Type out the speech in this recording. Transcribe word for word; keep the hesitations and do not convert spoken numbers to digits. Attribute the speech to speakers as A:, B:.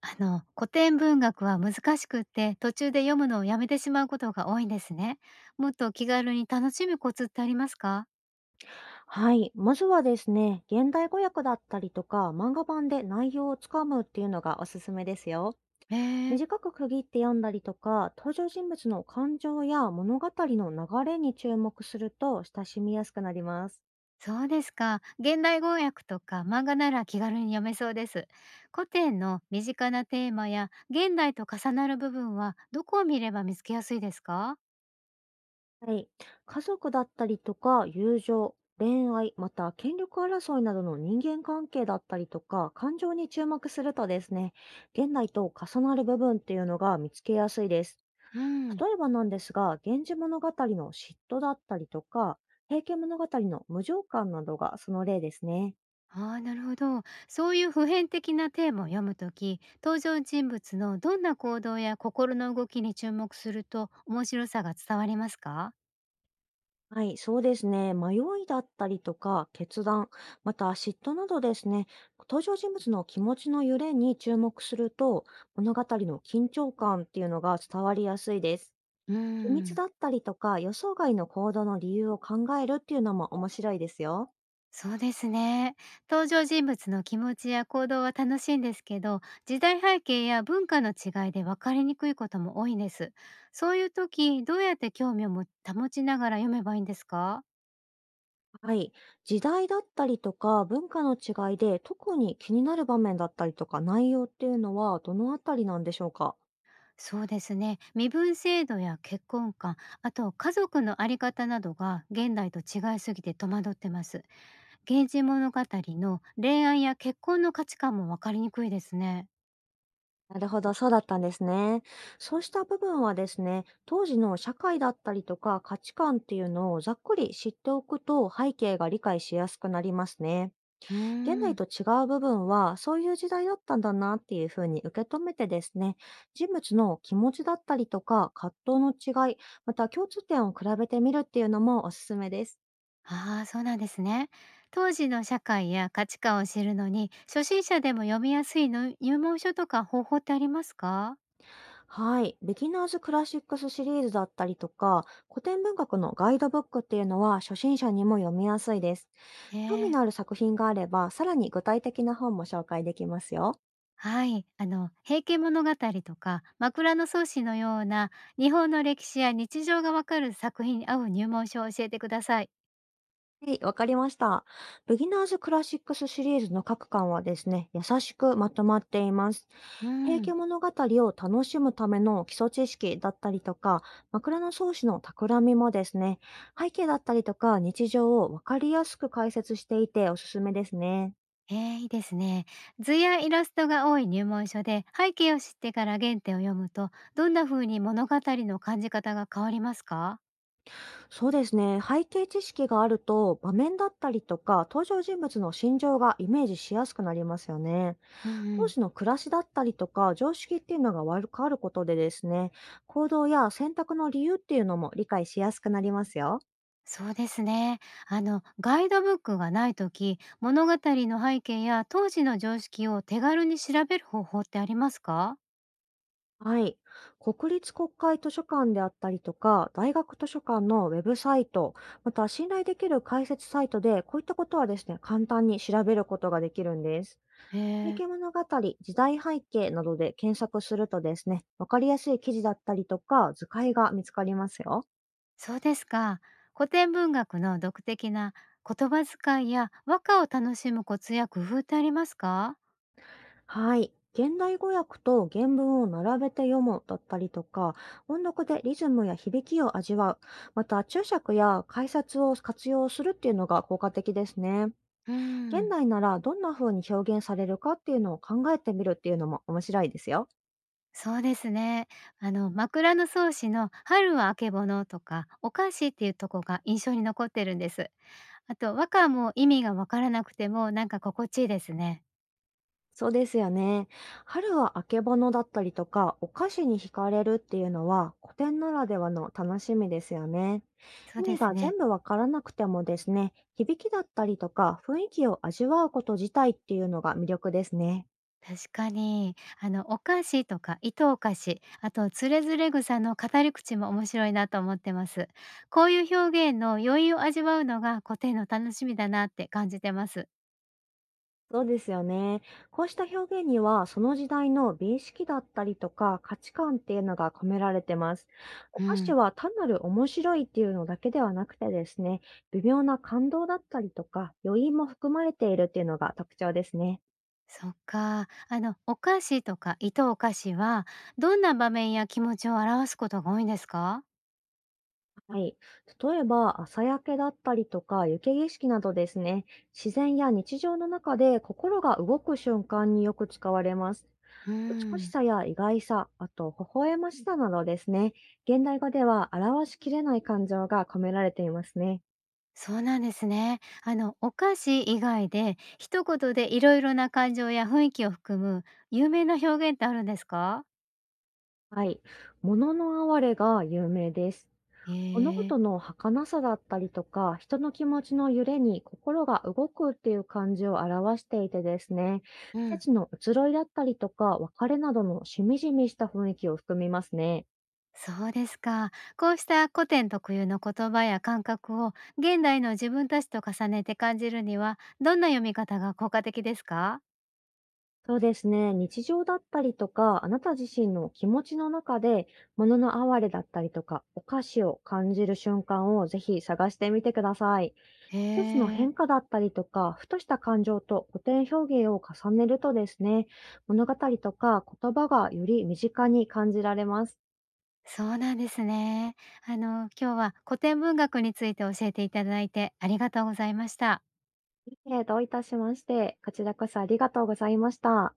A: あの、古典文学は難しくって、途中で読むのをやめてしまうことが多いんですね。もっと気軽に楽しむコツってありますか？
B: はい。まずはですね、現代語訳だったりとか、漫画版で内容をつかむっていうのがおすすめですよ。
A: へえ、
B: 短く区切って読んだりとか、登場人物の感情や物語の流れに注目すると親しみやすくなります。
A: そうですか。現代語訳とか漫画なら気軽に読めそうです。古典の身近なテーマや現代と重なる部分はどこを見れば見つけやすいですか？
B: はい。家族だったりとか、友情、恋愛、また権力争いなどの人間関係だったりとか、感情に注目するとですね、現代と重なる部分っていうのが見つけやすいです。
A: うん。
B: 例えばなんですが、源氏物語の嫉妬だったりとか、平家物語の無情感などがその例ですね。
A: ああ、なるほど。そういう普遍的なテーマを読むとき、登場人物のどんな行動や心の動きに注目すると面白さが伝わりますか？
B: はい、そうですね。迷いだったりとか、決断、また嫉妬などですね、登場人物の気持ちの揺れに注目すると、物語の緊張感っていうのが伝わりやすいです。
A: うー
B: 秘密
A: ん、
B: だったりとか、予想外の行動の理由を考えるっていうのも面白いですよ。
A: そうですね。登場人物の気持ちや行動は楽しいんですけど、時代背景や文化の違いで分かりにくいことも多いんです。そういうとき、どうやって興味をも保ちながら読めばいいんですか？
B: はい。時代だったりとか文化の違いで特に気になる場面だったりとか内容っていうのはどのあたりなんでしょうか？
A: そうですね。身分制度や結婚観、あと家族のあり方などが現代と違いすぎて戸惑ってます。源氏物語の恋愛や結婚の価値観も分かりにくいですね。
B: なるほど、そうだったんですね。そうした部分はですね、当時の社会だったりとか価値観っていうのをざっくり知っておくと背景が理解しやすくなりますね。
A: うー
B: 現代
A: ん。
B: と違う部分はそういう時代だったんだなっていうふうに受け止めてですね、人物の気持ちだったりとか葛藤の違い、また共通点を比べてみるっていうのもおすすめです。
A: ああ、そうなんですね。当時の社会や価値観を知るのに、初心者でも読みやすいの入門書とか方法ってありますか？
B: はい。ビギナーズクラシックスシリーズだったりとか、古典文学のガイドブックっていうのは初心者にも読みやすいです。興味
A: ね
B: のある
A: え。
B: 作品があれば、さらに具体的な本も紹介できますよ。
A: はい、あの「平家物語」とか「枕草子」のような日本の歴史や日常がわかる作品に合う入門書を教えてください。
B: はい、わかりました。ビギナーズクラシックスシリーズの各巻はですね、優しくまとまっています。
A: う
B: 平家
A: ん。
B: 物語を楽しむための基礎知識だったりとか、枕草子の企みもですね、背景だったりとか日常をわかりやすく解説していておすすめですね。
A: えー、いいですね。図やイラストが多い入門書で背景を知ってから原点を読むとどんな風に物語の感じ方が変わりますか？
B: そうですね、背景知識があると場面だったりとか登場人物の心情がイメージしやすくなりますよね。
A: うんう
B: 当
A: ん。
B: 時の暮らしだったりとか、常識っていうのが悪くあることでですね、行動や選択の理由っていうのも理解しやすくなりますよ。
A: そうですね。あのガイドブックがない時物語の背景や当時の常識を手軽に調べる方法ってありますか？
B: はい。国立国会図書館であったりとか、大学図書館のウェブサイト、また信頼できる解説サイトで、こういったことはですね、簡単に調べることができるんです。
A: へ
B: 平
A: え。
B: 家物語、時代背景などで検索するとですね、わかりやすい記事だったりとか、図解が見つかりますよ。
A: そうですか。古典文学の独的な言葉遣いや和歌を楽しむコツや工夫ってありますか？
B: はい。現代語訳と原文を並べて読むだったりとか、音読でリズムや響きを味わう、また注釈や解説を活用するっていうのが効果的ですね。
A: うー
B: 現
A: ん、
B: 代ならどんな風に表現されるかっていうのを考えてみるっていうのも面白いですよ。
A: そうですね。あの、枕草子の春はあけぼのとか、お菓子っていうとこが印象に残ってるんです。あと、和歌も意味がわからなくてもなんか心地いいですね。
B: そうですよね。春はあけぼのだったりとか、お菓子に惹かれるっていうのは、古典ならではの楽しみですよね。
A: そう
B: 意
A: で
B: 味
A: す
B: が
A: ね。
B: 全部わからなくてもですね、響きだったりとか、雰囲気を味わうこと自体っていうのが魅力ですね。
A: 確かに。あの、お菓子とか糸お菓子、あとつれづれ草の語り口も面白いなと思ってます。こういう表現の余韻を味わうのが古典の楽しみだなって感じてます。
B: そうですよね。こうした表現には、その時代の美意識だったりとか価値観っていうのが込められてます。お
A: う
B: 菓子
A: ん。
B: は単なる面白いっていうのだけではなくてですね、微妙な感動だったりとか、余韻も含まれているっていうのが特徴ですね。
A: そっか。あの、お菓子とか糸お菓子は、どんな場面や気持ちを表すことが多いんですか？
B: はい。例えば、朝焼けだったりとか、雪景色などですね、自然や日常の中で心が動く瞬間によく使われます。
A: う
B: 美し
A: ん。
B: さや意外さ、あと微笑ましさなどですね、現代語では表しきれない感情が込められていますね。
A: そうなんですね。あの、お菓子以外で、一言でいろいろな感情や雰囲気を含む有名な表現ってあるんですか？
B: はい。物の哀れが有名です。
A: へ
B: 物
A: え。
B: 事の儚さだったりとか、人の気持ちの揺れに心が動くっていう感じを表していてですね、
A: う
B: 季
A: ん、
B: 節の移ろいだったりとか、別れなどのしみじみした雰囲気を含みますね。
A: そうですか。こうした古典特有の言葉や感覚を現代の自分たちと重ねて感じるには、どんな読み方が効果的ですか？
B: そうですね。日常だったりとか、あなた自身の気持ちの中で、物の哀れだったりとか、お菓子を感じる瞬間をぜひ探してみてください。
A: へ
B: 季節の
A: え。
B: 変化だったりとか、ふとした感情と古典表現を重ねるとですね、物語とか言葉がより身近に感じられます。
A: そうなんですね。あの、今日は古典文学について教えていただいてありがとうございました。
B: いえ、どういたしまして、こちらこそありがとうございました。